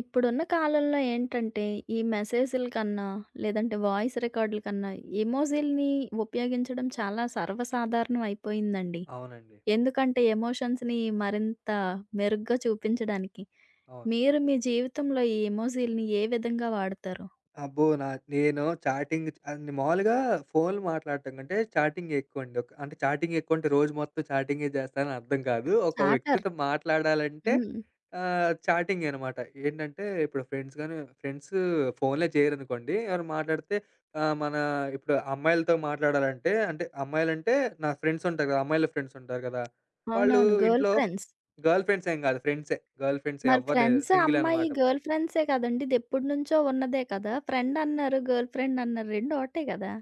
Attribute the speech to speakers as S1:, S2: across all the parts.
S1: ఇప్పుడున్న కాలంలో ఏంటంటే, ఈ మెసేజుల కన్నా, లేదంటే వాయిస్ రికార్డుల కన్నా, ఎమోజిల్‌ని ఉపయోగించడం చాలా సర్వసాధారణం అయిపోయిందండి.
S2: అవునండి.
S1: ఎందుకంటే, ఎమోషన్స్‌ని మరింత మెరుగ్గా చూపించడానికి.
S2: అవును.
S1: మీరు మీ జీవితంలో ఈ ఎమోజిల్‌ని ఏ విధంగా వాడతారు?
S2: అబ్బో! నేను చాటింగ్ అన్ని మామూలుగా ఫోన్‌లు మాట్లాడటం కంటే చాటింగే ఎక్కువండి. అంటే చాటింగ్ ఎక్కువంటే రోజు మొత్తం చాటింగే చేస్తానని అర్థం కాదు. ఒక
S1: చాటర్.
S2: వ్యక్తితో మాట్లాడాలంటే
S1: హ్మ్.
S2: చాటింగే అనమాట. ఏంటంటే ఇప్పుడు ఫ్రెండ్స్ ఫోన్‌లే చేయరనుకోండి. ఎవరైనా మాట్లాడితే మన ఇప్పుడు అమ్మాయిలతో మాట్లాడాలంటే అమ్మాయిలంటే నా ఫ్రెండ్స్ ఉంటారు కదా! అమ్మాయిల ఫ్రెండ్స్ ఉంటారు కదా! వాళ్ళు
S1: అవునవును. గర్ల్
S2: ఇంట్లో
S1: ఫ్రెండ్స్.
S2: గర్ల్ ఫ్రెండ్స్ ఏం కాదు ఫ్రెండ్సే. గర్ల్ ఫ్రెండ్స్
S1: మరి
S2: ఎవ్వరు లేరు.
S1: ఫ్రెండ్స్
S2: సింగిల్
S1: అమ్మాయి
S2: అనమాట.
S1: గర్ల్ ఫ్రెండ్సే కదండీ! ఇది ఎప్పటినుంచో ఉన్నదే కదా! ఫ్రెండ్ అన్నారు, గర్ల్ ఫ్రెండ్ అన్నారు 2 ఒకటే కదా!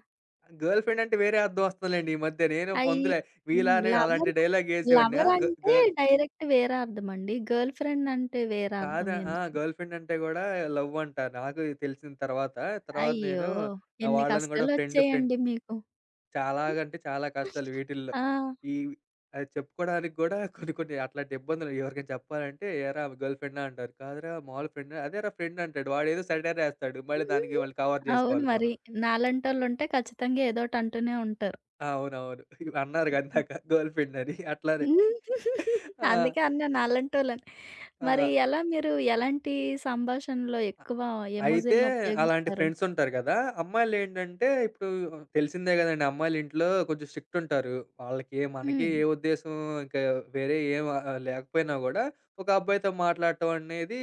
S2: గర్ల్ ఫ్రెండ్ అంటే వేరే అర్థం వస్తుందిలేండి ఈ మధ్య. నేను
S1: అయ్యో!
S2: పొందులే
S1: హ్మ్.
S2: మీలానే
S1: లవర్
S2: అలాంటి డైలాగ్ యేసేవాడిని. ఆ!
S1: లవర్
S2: గ
S1: అంటే
S2: గర్ల్
S1: డైరెక్ట్ వేరే అర్థమండి. గర్ల్ ఫ్రెండ్ అంటే వేరే అర్థం
S2: కాదా ఆ!
S1: ఎందుకు?
S2: గర్ల్ ఫ్రెండ్ అంటే గూడా లవ్ అంట. నాకు తెలిసిన తర్వాత. తర్వాత
S1: అయ్యో!
S2: నేను
S1: ఎన్ని
S2: వాళ్ళని గూడా ఫ్రెండ్ ఫ్రెండ్
S1: కష్టాలొచ్చాయండి మీకు.
S2: చాలాగంటే చాలా కష్టాలు వీటిల్లో.
S1: ఆ!
S2: ఈ అది చెప్పుకోవడానికి గూడా కొన్ని కొన్ని అట్లాంటి ఇబ్బందులు ఎవరికైనా చెప్పాలంటే, "ఏరా గర్ల్ ఫ్రెండా?" అంటారు. "కాదురా మామూలు ఫ్రెండ్." "అదేరా ఫ్రెండ్" అంటాడు. వాడేదో సెటైర్ యేస్తాడు. మళ్ళీ దానికి కవర్
S1: అవును
S2: జేసుకోవాలి
S1: మరి.
S2: మనం.
S1: నాలాంటోళ్ళుంటే ఖచ్చితంగా ఏదోటి అంటూనే ఉంటారు.
S2: అవునవును. అన్నారుగా ఇందాక గర్ల్ ఫ్రెండ్ అని అట్లానే. ఆ!
S1: అందుకే అన్నా నాలాంటోళ్ళని. మరి
S2: ఆ!
S1: ఎలా మీరు ఎలాంటి సంభాషణలో
S2: అ
S1: ఎక్కువ
S2: అయితే
S1: ఎమోజిలను
S2: అలాంటి
S1: ఉపయోగిస్తారు?
S2: ఫ్రెండ్స్ ఉంటారు గదా! అమ్మాయిలేంటంటే ఇప్పుడు తెలిసిందే గదండీ! అమ్మాయిలింట్లో కొంచెం స్ట్రిక్ట్ ఉంటారు. వాళ్ళకి మనకి
S1: హ్మ్.
S2: ఏ ఉద్దేశం ఇంకా వేరే ఏం లేకపోయినా గూడా ఒక అబ్బాయితో మాట్లాడటం అనేది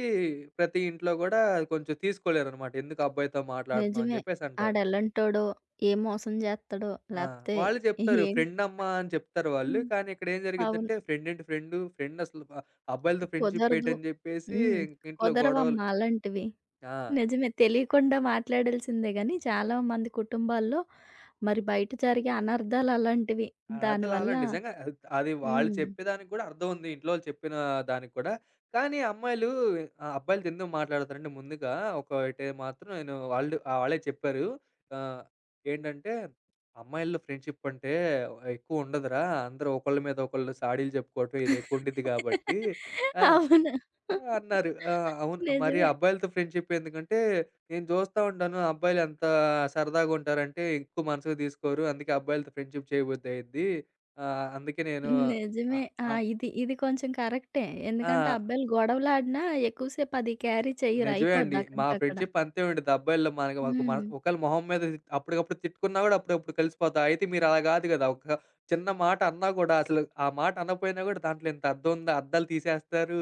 S2: ప్రతి ఇంట్లో గూడా కొంచెం తీసుకోలేరనమాట. ఎందుకు అబ్బాయితో మాట్లాడుతున్నాం అని
S1: నిజమే.
S2: జెప్పేసి అంటారు.
S1: ఆడెలాంటోడో, ఏ మోసం జేత్తడో
S2: ఆ!
S1: లేపోతే
S2: వాళ్ళు చెప్తారు
S1: ఏం
S2: ఫ్రెండ్ అమ్మా అని చెప్తారు వాళ్ళు.
S1: హ్మ్.
S2: కానీ ఇక్కడ ఏం
S1: అవును.
S2: జరిగిద్దంటే, ఫ్రెండ్ ఏంటి ఫ్రెండు, ఫ్రెండ్ అసలు అ అబ్బాయిలతో ఫ్రెండ్‌షిప్
S1: కుదరదు.
S2: ఏంటని జెప్పేసి
S1: హ్మ్.
S2: ఇంట్లో గొడవలు.
S1: కుదరవమ్మా అలాంటివి.
S2: ఆ!
S1: నిజమే. తెలియకుండా మాట్లాడాల్సిందే గానీ, చాలా మంది కుటుంబాల్లో మరి బయట జరిగే అనర్థాలు అలాంటివి.
S2: ఆ! అర్థం కాలే
S1: దానివల్ల
S2: నిజంగా అది. అది వాళ్ళు
S1: హ్మ్.
S2: చెప్పేదానికి కూడా అర్థం ఉంది. ఇంట్లో వాళ్ళు చెప్పిన దానికి కూడా. కానీ అమ్మాయిలు అబ్బాయిలతో ఎందుకు మాట్లాడతారంటే, ముందుగా ఒకటి మాత్రం వాళ్ళే చెప్పారు. ఆహ్, ఏంటంటే, "అమ్మాయిల్లో ఫ్రెండ్షిప్ అంటే ఎక్కువ ఉండదురా. అందరూ ఒకళ్ళ మీద ఒకళ్ళు సాడీలు చెప్పుకోవటం ఇది ఎక్కువ ఉండిద్ది కాబట్టి" ఆహ్
S1: అవును.
S2: అన్నారు. అవును. మరి
S1: నిజమే.
S2: అబ్బాయిలతో ఫ్రెండ్‌షిప్ ఎందుకంటే, నేను చూస్తా ఉంటాను. అబ్బాయిలు ఎంత సరదాగా ఉంటారంటే, ఎక్కువ మనసుకు తీసుకోరు. అందుకే అబ్బాయిలతో ఫ్రెండ్‌షిప్ చేయబుద్ధి అయిద్ది. ఆహ్, అందుకే నేను
S1: నిజమే.
S2: ఆహ్,
S1: ఆ!
S2: ఆహ్,
S1: ఇది కొంచెం కరెక్టే.
S2: ఆ!
S1: ఎందుకంటే అబ్బాయిలు గొడవలాడినా ఎక్కువ సేపు అది క్యారీ చెయ్యరు.
S2: నిజమే అండి.
S1: అయిపోద్ది
S2: మా
S1: అక్కడికక్కడ.
S2: ఫ్రెండ్‌షిప్ అంతే ఉండిద్ది. అబ్బాయిల్లో మనకి ఒక మన
S1: హ్మ్.
S2: ఒకళ్ళ మొహం మీద అప్పటికప్పుడు తిట్టుకున్నా కూడా అప్పుడప్పుడు కలిసిపోతాం. అయితే మీరు అలా కాదు కదా! ఒక చిన్న మాట అన్నా కూడా అసలు ఆ మాట అనకపోయినా కూడా దాంట్లో ఇంత అర్థం ఉందా? అర్థాలు తీసేస్తారు.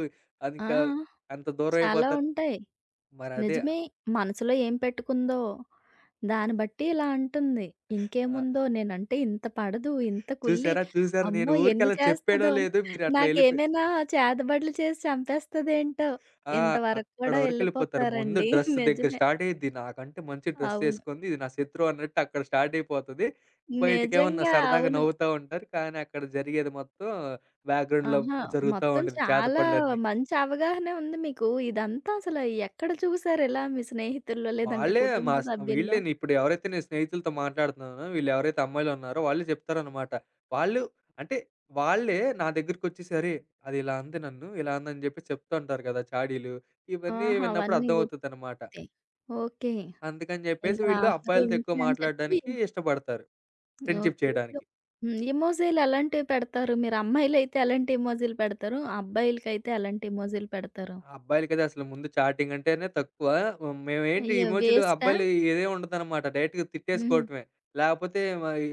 S2: అది
S1: ఆ!
S2: ఇంకా అంత దూరం
S1: చాలా
S2: అయిపోతారు.
S1: ఉంటాయి.
S2: మరదే
S1: నిజమే. మనసులో ఏం పెట్టుకుందో, దాన్ని బట్టి ఇలా అంటుంది.
S2: ఆహ్
S1: ఇంకేముందో నేనంటే ఇంత పడదు, ఇంత కుల్లి,
S2: చూసారా? చూసారా? నేను
S1: అమ్మో!
S2: ఊరికే
S1: ఎన్ని
S2: అలా చెప్పేయడం
S1: చేస్తదో,
S2: లేదు. మీరట్లా ఎళ్ళిపోయి
S1: నాకేమైనా చేతబడులు చేసి చంపేస్తదేంటో,
S2: ఆ!
S1: ఇంతవరకు
S2: అక్కడ
S1: కూడా
S2: వరకెళ్ళిపోతారు. ముందు
S1: ఎళ్ళిపోతారండి.
S2: డ్రెస్ దగ్గర
S1: నిజమే.
S2: స్టార్ట్ అయ్యిద్ది. నాకంటే మంచి డ్రెస్
S1: అవును.
S2: ఏసుకుంది. ఇది నా శత్రువు అన్నట్టు అక్కడ స్టార్ట్ అయిపోతది. బయటికేమన్నా
S1: నిజంగా
S2: సరదాగా
S1: అవును.
S2: నవ్వుతా ఉంటారు. కానీ అక్కడ జరిగేది మొత్తం బ్యాక్‌గ్రౌండ్‌లో
S1: ఆహా!
S2: జరుగుతా
S1: మొత్తం
S2: ఉండిద్ది
S1: చాలా
S2: చేతపడులన్నీ.
S1: మంచి అవగాహనే ఉంది మీకు. ఇదంతా అసలు ఎక్కడ చూసారు ఇలా మీ స్నేహితుల్లో? లేదంటే
S2: వాళ్ళే మా
S1: కుటుంబ
S2: స్ వీళ్ళే
S1: సభ్యుల్లో?
S2: నీ- ఇప్పుడు ఎవరైతే నేను స్నేహితులతో మాట్లాడుతున్నానో, వీళ్ళు ఎవరైతే అమ్మాయిలున్నారో వాళ్ళే చెప్తారనమాట. వాళ్ళు అంటే వాళ్ళే నా దగ్గరికొచ్చేసి, "అరే! అది ఇలా అంది నన్ను, ఇలా అందని" చెప్పేసి చెప్తూ ఉంటారు కదా! చాడీలు. ఇవన్నీ
S1: ఆహా!
S2: విన్నప్పుడు
S1: అవన్నీ గుర్తున్నాయి.
S2: అర్థమవుతదనమాట.
S1: ఓకే.
S2: అందుకని చెప్పేసి
S1: ఇంకా
S2: వీళ్ళు
S1: అందరూ
S2: అబ్బాయిలతో ఎక్కువ
S1: ఇంతే అని చెప్పి
S2: మాట్లాడడానికి ఇష్టపడతారు. Friendship
S1: okay. ఇప్పుడు
S2: చేయడానికి.
S1: హ్మ్. ఎమోజీలు ఎలాంటివి పెడతారు? మీరు అమ్మాయిలైతే ఎలాంటి ఎమోజీలు పెడతారు? అబ్బాయిలకైతే ఎలాంటి ఎమోజీలు పెడతారు?
S2: అబ్బాయిలకైతే అసలు ముందు చాటింగ్ అంటేనే తక్కువ. హ్మ్. మేమేంటి
S1: అయ్యో!
S2: ఇమోజిలు
S1: వేస్టా?
S2: అబ్బాయిలు ఏదేం ఉండదనమాట. డైరెక్ట్‌గా
S1: హ్మ్.
S2: తిట్టేసుకోవటమే. లేపోతే మరి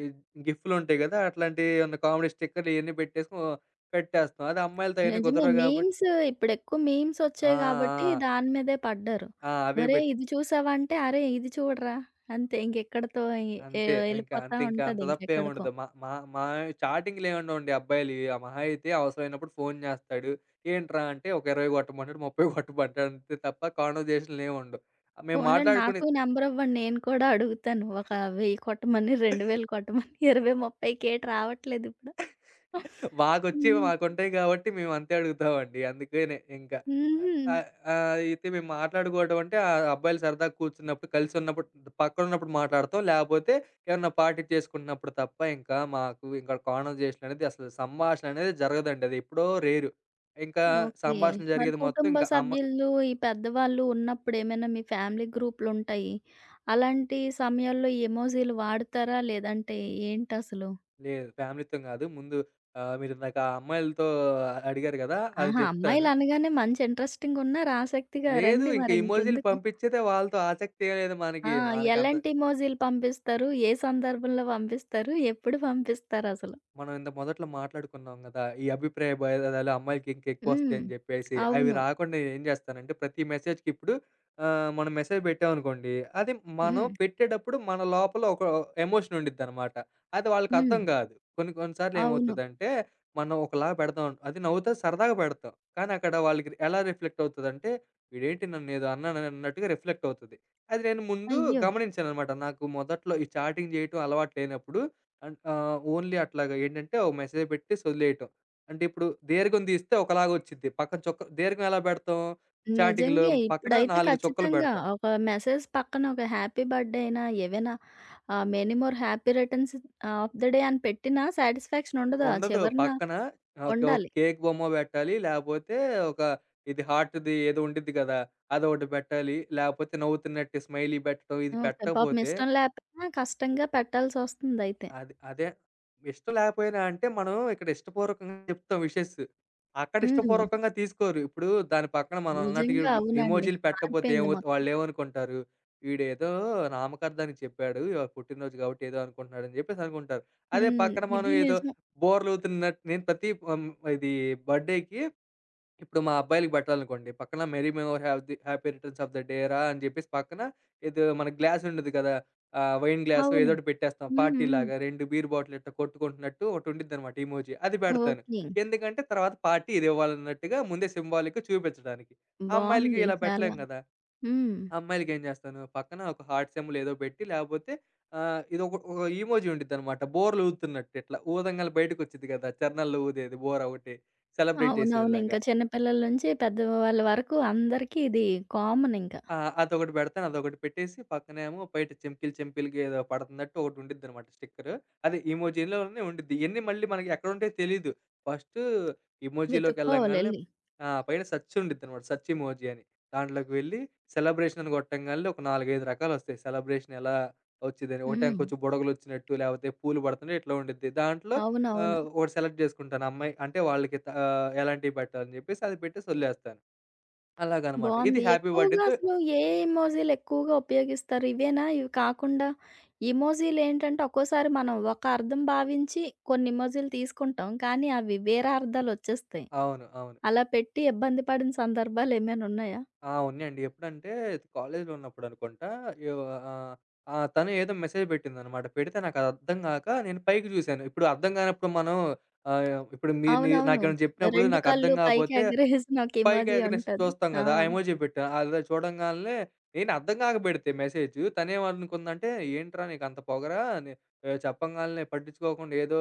S2: గిఫ్‌లుంటాయి గదా! అట్లాంటియి ఏమన్నా కామెడీ స్టిక్కర్‌లు ఇయన్నీ పెట్టేసుకొని పెట్టేస్తాం. అదే అమ్మాయిలతో అయన్నీ
S1: నిజమే.
S2: కుదరవు గాబట్టి
S1: మీమ్స్ ఇప్పుడెక్కువ మీమ్స్
S2: ఆ!
S1: ఒచ్చాయి గాబట్టి
S2: ఆ!
S1: దాని మీదే పడ్డారు.
S2: ఆ! అవే
S1: ఒరేయ్! ఇది చూసావా? అంటే అరే! ఇది చూడరా! అంతే ఇంకెక్కడితో ఎ ఎ
S2: అంతే. ఇంకా
S1: ఎళ్ళిపోతా
S2: అంతే ఇంకా అంత
S1: ఉంటది ఇంకెక్కడికో.
S2: తప్పేముండదు. మా మా మా చాటింగ్‌లేముండవండి అబ్బాయిలియి. మహా అయితే అవసరమైనప్పుడు ఫోను జేస్తాడు. ఏంట్రా అంటే ఒక 20 గొట్టమంటాడు, 30 గొట్టమంటాడు అంతే తప్ప కాన్వర్జేషన్‌లేముండవు. మేము
S1: పోన్లెండి
S2: మాట్లాడుకునే
S1: నాకు నెంబర్ ఇవ్వండి నేను కూడా అడుగుతాను. ఒక 1000 కొట్టమని, 2000 కొట్టమని, 20, 30 కేటి రావట్లేదిప్పుడు.
S2: మాకొచ్చేవి
S1: హ్మ్.
S2: మాకుంటాయి కాబట్టి మేము అంతే అడుగుతామండి. అందుకనే ఇంకా. ఆహ్,
S1: హుహు.
S2: ఆహ్, ఆహ్, అయితే మేము మాట్లాడుకోవడం అంటే ఆ అబ్బాయిలు సరదాగా కూర్చున్నప్పుడు, కలిసి ఉన్నప్పుడు, పక్కనున్నప్పుడు మాట్లాడతాం. లేపోతే ఏమన్నా పార్టీ చేసుకుంటున్నప్పుడు తప్ప ఇంకా మాకు ఇంకా కాన్వర్జేషన్ అనేది అసలు సంభాషణ అనేది జరగదండి. అది ఎప్పుడో రేరు. ఇంకా
S1: ఓకే.
S2: సంభాషణ
S1: మరి
S2: జరిగేది మొత్తం
S1: కుటుంబ
S2: ఇంకా
S1: సభ్యులు, ఈ పెద్దవాళ్ళు ఉన్నప్పుడు ఏమైనా మీ ఫ్యామిలీ గ్రూప్‌లుంటాయి. అలాంటి సమయాల్లో ఎమోజీలు వాడతారా? లేదంటే ఏంటసలు?
S2: లేదు ఫ్యామిలీతో కాదు. ముందు మీరిందాక ఆ అమ్మాయిలతో అడిగారు గదా! అది
S1: ఆహా!
S2: చెప్తాను.
S1: అమ్మాయిలనగానే మంచి ఇంట్రెస్టింగున్నారు ఆసక్తిగా.
S2: లేదు
S1: రండి
S2: ఇంక ఇమోజిలు
S1: మరింకెందుకు.
S2: పంపించేదే వాళ్ళతో ఆసక్తి ఏం లేదు
S1: ఆ!
S2: మనకి. మనకంత
S1: ఎలాంటి ఎమోజీలు పంపిస్తారు? ఏ సందర్భంలో పంపిస్తారు? ఎప్పుడు పంపిస్తారసలు?
S2: మనం ఇంత మొదట్లో మాట్లాడుకున్నాం గదా! ఈ అభిప్రాయ భేదాలు అమ్మాయిలకి ఇంకా
S1: హ్మ్.
S2: ఎక్కువొస్తాయని జెప్పేసి. అవి
S1: అవును.
S2: రాకుండా నేనేం జేస్తానంటే ప్రతి మెసేజ్‌కి ఇప్పుడు మనం మెసేజ్ బెట్టామనుకోండి. అది మనం
S1: హ్మ్.
S2: పెట్టేటప్పుడు మన లోపల ఒక ఎమోషన్ ఉండిద్దనమాట. అది
S1: హ్మ్.
S2: వాళ్ళకర్థం గాదు. కొన్ని కొన్ని సార్లు
S1: అవును.
S2: ఏమవుతదంటే మనం ఒకలా పెడదాం. అది నవ్వుతా సరదాగా పెడతాం. కానీ అక్కడ వాళ్ళకి ఎలా రిఫ్లెక్ట్ అవుతదంటే వీడేంటి నన్నేదో అన్నానని అన్నట్టుగా రిఫ్లెక్ట్ అవుతది. అది నేను ముందు
S1: అయ్యో!
S2: గమనించాననమాట. నాకు మొదట్లో ఈ చాటింగ్ జేయటం అలవాటు లేనప్పుడు ఓన్లీ అట్లాగా ఏంటంటే ఒక మెసేజ్ పెట్టేసి వదిలేయటం. అంటే ఇప్పుడు దీర్ఘం తీస్తే ఒకలాగొచ్చిద్ది. పక్కన చొక్క దీర్ఘం ఎలా పెడతాం? చాటింగ్‌లో
S1: నిజంగే.
S2: పక్కన
S1: ఇప్పుడైతే
S2: 4 చుక్కలు
S1: ఖచ్చితంగా
S2: పెడతాం.
S1: ఒక మెసేజ్ పక్కన ఒక హ్యాపీ బర్త్‌డే అయినా, ఏవైనా many more happy returns of the day అని పెట్టినా సాటిస్ఫాక్షన్ ఉండదు. ఆ
S2: ఉండదు.
S1: చివరన
S2: పక్కన ఒక ఒక
S1: ఉండాలి.
S2: కేక్ బొమ్మ పెట్టాలి. లేపోతే ఒక ఇది హార్ట్‌ది ఏదో ఉండిద్ది కదా! అదొకటి పెట్టాలి. లేపోతే నవ్వుతున్నట్టు స్మైలీ పెట్టడం. ఇది
S1: ఓకే. పాపం
S2: పెట్టకపోతే
S1: ఇష్టం లేకపోయినా కష్టంగా పెట్టాల్సొస్తుందయితే.
S2: అది అదే. ఇష్టం లేకపోయినా అంటే మనం ఇక్కడ ఇష్టపూర్వకంగా చెప్తాం విషెస్. అక్కడ
S1: హ్మ్.
S2: ఇష్టపూర్వకంగా తీసుకోరు. ఇప్పుడు దాని పక్కన మనం అన్నట్టుగా
S1: నిజంగా అవునండి.
S2: ఎమోజిలు పెట్టకపోతే
S1: మారిపోయింది
S2: ఏమవుతు
S1: మొత్తం.
S2: వాళ్ళేమనుకుంటారు, "వీడేదో నామకార్థానికి చెప్పాడు. ఇవాళ పుట్టినరోజు కాబట్టి ఏదో అనుకుంటున్నాడు" అని చెప్పేసి అనుకుంటారు. అదే
S1: హ్మ్.
S2: పక్కన మనం
S1: ఇది
S2: ఏదో
S1: నిజం.
S2: బోర్లవుతున్నట్టు నేను ప్రతి ఇది బర్త్‌డే‌కి ఇప్పుడు మా అబ్బాయిలకి పెట్టాలనుకోండి, పక్కన 'many more have the happy returns of the day రా' అని జెప్పేసి పక్కన ఏదో మన గ్లాస్ ఉండిద్ది కదా! వైన్ గ్లాసో
S1: అవును.
S2: ఏదోటి పెట్టేస్తాం
S1: హ్మ్. హ్మ్.
S2: పార్టీలాగా. 2 బీర్ బాటిల్ ఇట్లా కొట్టుకుంటున్నట్టు ఒకటుండిద్దనమాట ఇమోజి. అది పెడతాను.
S1: ఓకే.
S2: ఎందుకంటే తర్వాత పార్టీ ఇదివ్వాలన్నట్టుగా ముందే సింబాలిక్‌గా చూపించడానికి. ఆ అమ్మాయిలకి
S1: బావుంది
S2: ఇలా పెట్టలేం
S1: చాలా.
S2: గదా!
S1: హ్మ్.
S2: అమ్మాయిలకి ఏం జేస్తాను, పక్కన ఒక హార్ట్ సింబల్ ఏదో పెట్టి లేపోతే ఇదొక ఇమోజి ఉండిద్దనమాట. బోర్లు ఊదుతున్నట్టు ఇట్లా. ఊదంగానే బయటకొచ్చిద్ది గదా! చరణాల్లో ఊదేది బోర ఒకటి సెలబ్రేట్
S1: అవునవును.
S2: జేసేదిలాగా.
S1: ఇంకా చిన్న పిల్లల నుంచి పెద్దవాళ్ళ వరకు అందరికీ ఇది కామన్ ఇంకా.
S2: ఆ! అదొకటి పెడతాను. అదొకటి పెట్టేసి పక్కనేమో బయట చెంకిలు చెంకిలకి ఏదో పడుతున్నట్టు ఒకటి ఉండిద్దనమాట స్టిక్కరు. అదే ఇమోజీలోనే ఉండిద్ది. ఇయన్నీ మళ్ళీ మనకి ఎక్కడుంటాయో తెలీదు. ఫస్టు ఇమోజీలోకెళ్ళంగాల్నే
S1: వెతుక్కోవాలెళ్లి.
S2: పైన సెర్చ్ ఉండిద్దనమాట. సెర్చ్ ఇమోజీ అని. దాంట్లోకి వెళ్ళి సెలబ్రేషన్ అని కొట్టంగాల్నే ఒక 4, 5 రకాలొస్తాయి. సెలబ్రేషన్ ఎలా వచ్చిద్దని. ఒకటేమో
S1: హ్మ్.
S2: కొంచెం బుడగలొచ్చినట్టు, లేపోతే పూలు పడుతున్నాయి ఇట్లా ఉండిద్ది. దాంట్లో
S1: అవునవును.
S2: ఒకటి సెలెక్ట్ జేసుకుంటాను. అమ్మాయి అంటే వాళ్ళకి ఎలాంటివి పెట్టాలని జెప్పేసి అది పెట్టేసి వదిలేస్తాను. అలాగనమాట. ఇది
S1: బావుంది.
S2: హ్యాపీ
S1: ఎక్కువగా
S2: బర్త్‌డే‌తో
S1: అసలు ఏ ఎమోజిలు ఎక్కువగా ఉపయోగిస్తారు? ఇవేనా? ఇవి కాకుండా ఇమోజిలేంటంటే ఒక్కోసారి మనం ఒక అర్థం భావించి కొన్ని ఇమోజిలు తీసుకుంటాం. కానీ అవి వేరే అర్థాలొచ్చేస్తాయి.
S2: అవును. అవును.
S1: అలా పెట్టి ఇబ్బంది పడిన సందర్భాలేమైనా ఉన్నాయా?
S2: ఆ! ఉన్నయండి. ఎప్పుడంటే కాలేజీలో ఉన్నప్పుడు అనుకుంటా. యో ఆహ్, ఆ! తను ఏదో మెసేజ్ పెట్టిందనమాట. పెడితే నాకదర్థం గాక నేను పైకి జూసాను. ఇప్పుడు అర్థం గానప్పుడు మనం ఆహ్, ఇప్పుడు మీరు
S1: అవునవును.
S2: నాకేమైనా జెప్పినప్పుడు
S1: 2
S2: నాకర్థం
S1: కళ్ళు పైకి
S2: గాకపోతే
S1: ఎగరేసిన ఒక
S2: పైకి
S1: ఇమోజి
S2: ఎగరేసి
S1: ఉంటది.
S2: చూస్తాం
S1: ఆ!
S2: గదా! ఆ ఎమోజి పెట్టా. అది చూడంగాలనే నేను అర్థం గాక పెడితే మెసేజు తనేమనుకుందంటే, "ఏంట్రా నీకంత పొగరా? నే చెప్పంగాలనే పట్టించుకోకుండా ఏదో"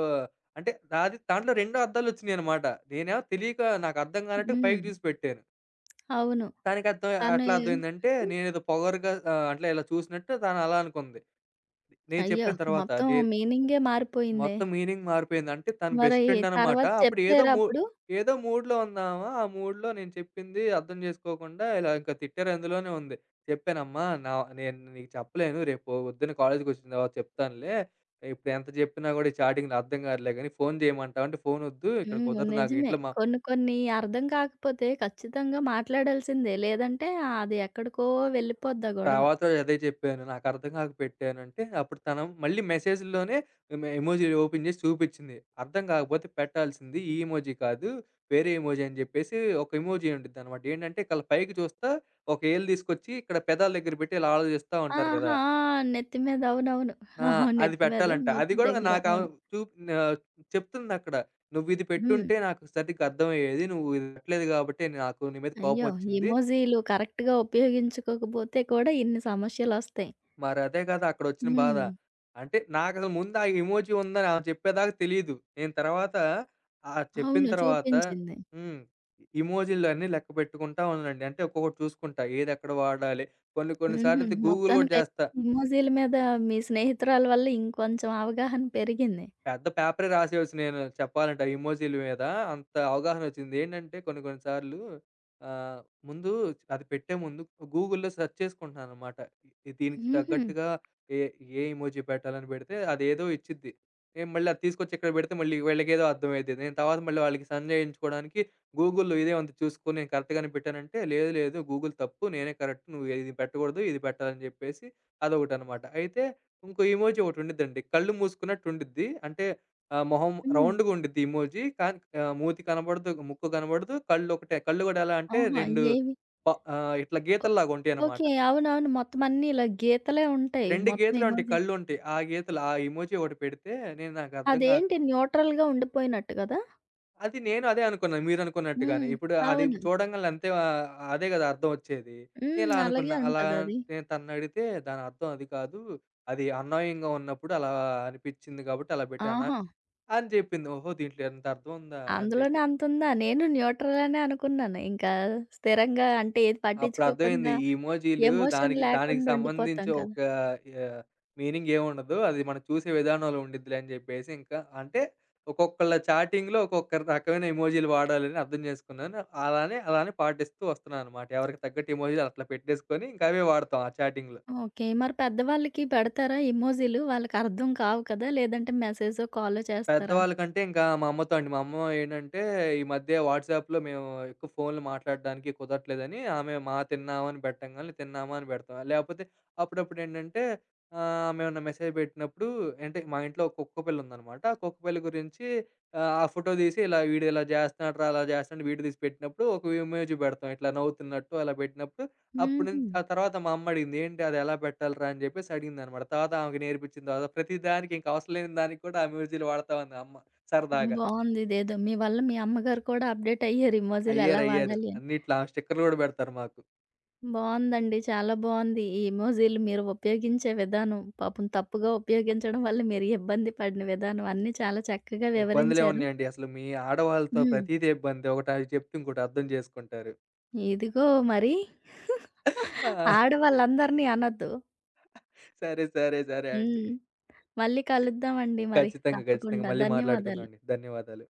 S2: అంటే నాది దాంట్లో 2 అర్థాలొచ్చినియనమాట. నేనేమో తెలియక నాకర్థం గానట్టు
S1: హ్మ్.
S2: పైకి జూసి పెట్టాను.
S1: అవును.
S2: తనకి అర్థం
S1: తను
S2: ఎట్లా అర్థమైందంటే, నేనేదో పొగరుగా అట్లా ఇలా చూసినట్టు తను అలా అనుకుంది. నేను
S1: అయ్యో!
S2: చెప్పిన తర్వాత
S1: మొత్తం
S2: దే
S1: మీనింగే మారిపోయిందే!
S2: మొత్తం మీనింగ్ మారిపోయింది. అంటే తను
S1: మరి
S2: బెస్ట్ ఫ్రెండ్ అనమాట.
S1: తర్వాత
S2: అప్పుడు ఏదో
S1: చెప్పారా
S2: మూ
S1: అప్పుడు?
S2: ఏదో మూడ్‌లో ఉందామ. ఆ మూడ్‌లో నేను చెప్పింది అర్థం చేసుకోకుండా ఇలా ఇంకా తిట్టారు అందులోనే ఉంది. చెప్పానమ్మా నా నేను నీకు చెప్పలేను. రేపు పొద్దున్న కాలేజ్‌కొచ్చిన తర్వాత చెప్తానులే. ఇప్పుడు ఎంత చెప్పినా కూడా ఈ చాటింగ్‌లు అర్థం కాదులే గాని ఫోన్ చేయమంటావా? అంటే ఫోనొద్దు. ఇక్కడ
S1: హ్మ్.
S2: కుదరదు నాకు
S1: నిజమే.
S2: ఇంట్లో మా
S1: కొన్ని కొన్ని అర్థం కాకపోతే ఖచ్చితంగా మాట్లాడాల్సిందే. లేదంటే అది ఎక్కడికో వెళ్ళిపోద్ది ఆ గొడవ.
S2: తర్వాత అదే చెప్పాను. నాకర్థం కాక పెట్టానంటే, అప్పుడు తను మళ్ళీ మెసేజ్‌లోనే ఎమోజీ ఓపెన్ చేసి చూపిచ్చింది. అర్థం కాకపోతే పెట్టాల్సింది ఈ ఎమోజీ కాదు, వేరే ఎమోజీ అని చెప్పేసి ఒక ఎమోజీ ఉండిద్దనమాట. ఏంటంటే, కళ్ళ పైకి చూస్తా ఒక ఏలు తీసుకొచ్చి ఇక్కడ పెదాల దగ్గర పెట్టి ఇలా ఆలోచిస్తా ఉంటారు కదా!
S1: ఆహా! ఆ! నెత్తి మీద అవునవును.
S2: ఆ!
S1: అవును.
S2: అది
S1: నెత్తి మీద
S2: పెట్టాలంట. అది
S1: మూతి
S2: కూడా
S1: దగ్గర. అవును.
S2: చూప్ ఆహ్, చెప్తుందక్కడ. "నువ్విది
S1: హ్మ్.
S2: పెట్టుంటే నాకు సరిగ్గా అర్థమయ్యేది. నువ్వు ఇది పెట్టలేదు కాబట్టే నాకు నీ మీద
S1: అయ్యో!
S2: కోపమొచ్చింది.
S1: ఎమోజీలు కరెక్ట్‌గా ఉపయోగించుకోకపోతే కూడా ఇన్ని సమస్యలొస్తాయి.
S2: మరదే కదా అక్కడొచ్చిన బాధ.
S1: హ్మ్.
S2: అంటే నాకసలు ముందు ఆ ఎమోజి ఉందని ఆమె చెప్పేదాకా తెలీదు. నేను తర్వాత చెప్పిన
S1: అవును.
S2: తర్వాత
S1: చూపించింది.
S2: హ్మ్. ఎమోజిలన్నీ లెక్క పెట్టుకుంటా ఉన్నానండి. అంటే ఒక్కొక్కటి చూసుకుంటా. ఏదెక్కడ వాడాలి. కొన్ని కొన్ని
S1: హుహు.
S2: సార్లయితే గూగుల్ గూడా
S1: మొత్తానికై
S2: జేస్తా.
S1: ఎమోజీల మీద మీ స్నేహితురాలు వల్ల ఇంకొంచెం అవగాహన పెరిగింది.
S2: పెద్ద పేపరే రాసేయొచ్చు నేను చెప్పాలంటే ఆ ఎమోజీల మీద. అంత అవగాహన వచ్చింది. ఏంటంటే కొన్ని కొన్ని సార్లు ఆహ్, ముందు అది పెట్టే ముందు గూగుల్‌లో సెర్చ్ చేసుకుంటున్నాననమాట. దీనికి
S1: హుహు.
S2: తగ్గట్టుగా ఏ ఏ ఎమోజీ పెట్టాలని పెడితే అదేదో ఇచ్చిద్ది. నేను మళ్ళీ అది తీసుకొచ్చి ఇక్కడ పెడితే మళ్ళీ వీళ్ళకేదో అర్థమైద్ది. నేను తర్వాత మళ్ళీ వాళ్ళకి సన్ చేయించుకోవడానికి గూగుల్‌లో ఇదే ఉంది చూసుకొని నేను కరెక్ట్ గానే పెట్టానంటే, లేదు లేదు గూగుల్ తప్పు నేనే కరెక్ట్. నువ్వు ఇది పెట్టకూడదు. ఇది పెట్టాలని చెప్పేసి అదొకటనమాట. అయితే ఇంకో ఎమోజి ఒకటుండిద్దండి. కళ్ళు మూసుకున్నట్టుండిద్ది. అంటే మొహం
S1: హ్మ్.
S2: రౌండ్‌గా ఉండిద్ది ఎమోజి. కానీ మూతి కనపడదు, ముక్కు కనపడదు. కళ్ళు ఒకటే. కళ్ళు గూడా ఎలా అంటే
S1: ఆహా!
S2: 2
S1: ఏవి?
S2: ప ఆహ్, ఇట్లా గీతల్లాగుంటాయనమాట.
S1: ఓకే. అవునవును. మొత్తం అన్నీ ఇలా గీతలే ఉంటాయి.
S2: 2
S1: మొత్తం
S2: గీతలుంటాయి,
S1: ఎమోజి
S2: కళ్ళుంటాయి. ఆ గీతలు ఆ ఎమోజి ఒకటి పెడితే నాకర్థం గాక
S1: అదేంటి న్యూట్రల్‌గా ఉండిపోయినట్టు గదా!
S2: అది నేను అదే అనుకున్నాను మీరనుకున్నట్టుగానే.
S1: హ్మ్.
S2: ఇప్పుడు అది
S1: అవును.
S2: చూడంగాలనే అంతే అదే గదా అర్థమొచ్చేది.
S1: హ్మ్.
S2: నేనలా
S1: అలాగే
S2: అనుకున్నా. అలా
S1: ఉంటదది.
S2: నేను తననడిగితే దానర్థం అది కాదు. అది అన్యాయంగా ఉన్నప్పుడు అలా అనిపిచ్చింది గాబట్టి అలా పెట్టాను.
S1: ఆహా!
S2: అని జెప్పింది. ఓహో! దీంట్లో ఇంత అర్థం ఉందా? అని
S1: అందులోనే
S2: జెప్పి.
S1: అంతుందా? నేను న్యూట్రల్ అనే అనుకున్నాను. ఇంకా స్థిరంగా అంటే ఏది
S2: అప్పుడు అర్థమైంది.
S1: పట్టించుకోకుండా,
S2: ఈ ఇమోజీలు
S1: ఎమోషన్
S2: దానికి దానికి
S1: లేకుండా
S2: సంబంధించి
S1: ఉండిపోతాం
S2: ఒక
S1: కదా!
S2: ఆహ్, మీనింగ్ ఏముండదు. అది మనం చూసే విధానంలో ఉండిద్దిలే అని జెప్పేసి ఇంకా అంటే ఒక్కొక్కళ్ళ చాటింగ్‌లో ఒక్కొక్క రకమైన ఎమోజీలు వాడాలని అర్థం చేసుకున్నాను. అలానే అలానే పాటిస్తూ వస్తున్నాననమాట. ఎవరికి తగ్గట్టు ఎమోజీలు అట్లా పెట్టేసుకొని ఇంకా అవే వాడతాం ఆ చాటింగ్‌లో.
S1: ఓకే. మరి పెద్దవాళ్ళకి పెడతారా ఇమోజిలు? వాళ్ళకర్థం కావు కదా! లేదంటే మెసేజో, కాలో చేస్తారా?
S2: పెద్దవాళ్ళకంటే ఇంకా మా అమ్మతో అండి. మా అమ్మ ఏంటంటే, ఈ మధ్య వాట్సాప్‌లో మేము ఎక్కువ ఫోన్‌లు మాట్లాడడానికి కుదరట్లేదని, ఆమె మా తిన్నామా అని పెట్టంగాల్నే తిన్నామా అని పెడతాం. లేపోతే అప్పుడప్పుడేంటంటే ఆమె ఏమన్నా మెసేజ్ పెట్టినప్పుడు అంటే మా ఇంట్లో ఒక కుక్క పిల్ల ఉందనమాట. ఆ కుక్క పిల్ల గురించి ఆ ఫోటో తీసి ఇలా వీడు ఇలా చేస్తున్నాడురా అలా చేస్తున్నాడు వీడియో తీసి పెట్టినప్పుడు ఒక ఇమోజి పెడతాం. ఇట్లా నవ్వుతున్నట్టు అలా పెట్టినప్పుడు అప్పుడు
S1: హుహు.
S2: నుంచి ఆ తర్వాత మా అమ్మ అడిగింది. "ఏంటి అదెలా పెట్టాలిరా?" అని జెప్పేసి అడిగిందనమాట. తర్వాత ఆమెకి నేర్పించిన తర్వాత ప్రతి దానికి ఇంక అవసరం లేని దానికి కూడా ఆ మ్యూజియాలు వాడతా ఉంది అమ్మ సరదాగా.
S1: బావుందిదేదో. మీ వల్ల మీ అమ్మగారు కూడా అప్‌డేట్ అయ్యారు
S2: అయ్యారు,
S1: ఇమోజిలెలా
S2: అయ్యారు.
S1: వాడాలి అని.
S2: అన్నిట్లో ఆమె స్టిక్కర్‌లు గూడా బెడతారు మాకు.
S1: బావుందండి. చాలా బావుంది. ఈ ఎమోజీలు మీరు ఉపయోగించే విధానం, పాపం తప్పుగా ఉపయోగించడం వల్ల మీరు ఇబ్బంది పడిన విధానం అన్నీ చాలా చక్కగా వివరించారు.
S2: ఇబ్బందులేమున్నాయండి అసలు మీ ఆడవాళ్ళతో
S1: హ్మ్.
S2: ప్రతీది ఇబ్బందే. ఒకటి అది చెప్తే ఇంకోటి అర్థం చేసుకుంటారు.
S1: ఇదిగో మరి.
S2: ఆ!
S1: ఆడవాళ్ళందరిని అనొద్దు.
S2: సరే, సరే, సరే అండి.
S1: హ్మ్. మళ్ళీ కలుద్దామండి మరి
S2: ఖచ్చితంగా, ఖచ్చితంగా.
S1: తప్పకుండా.
S2: మళ్ళీ మాట్లాడుకుందాం
S1: ధన్యవాదాలు.
S2: అండి. ధన్యవాదాలు.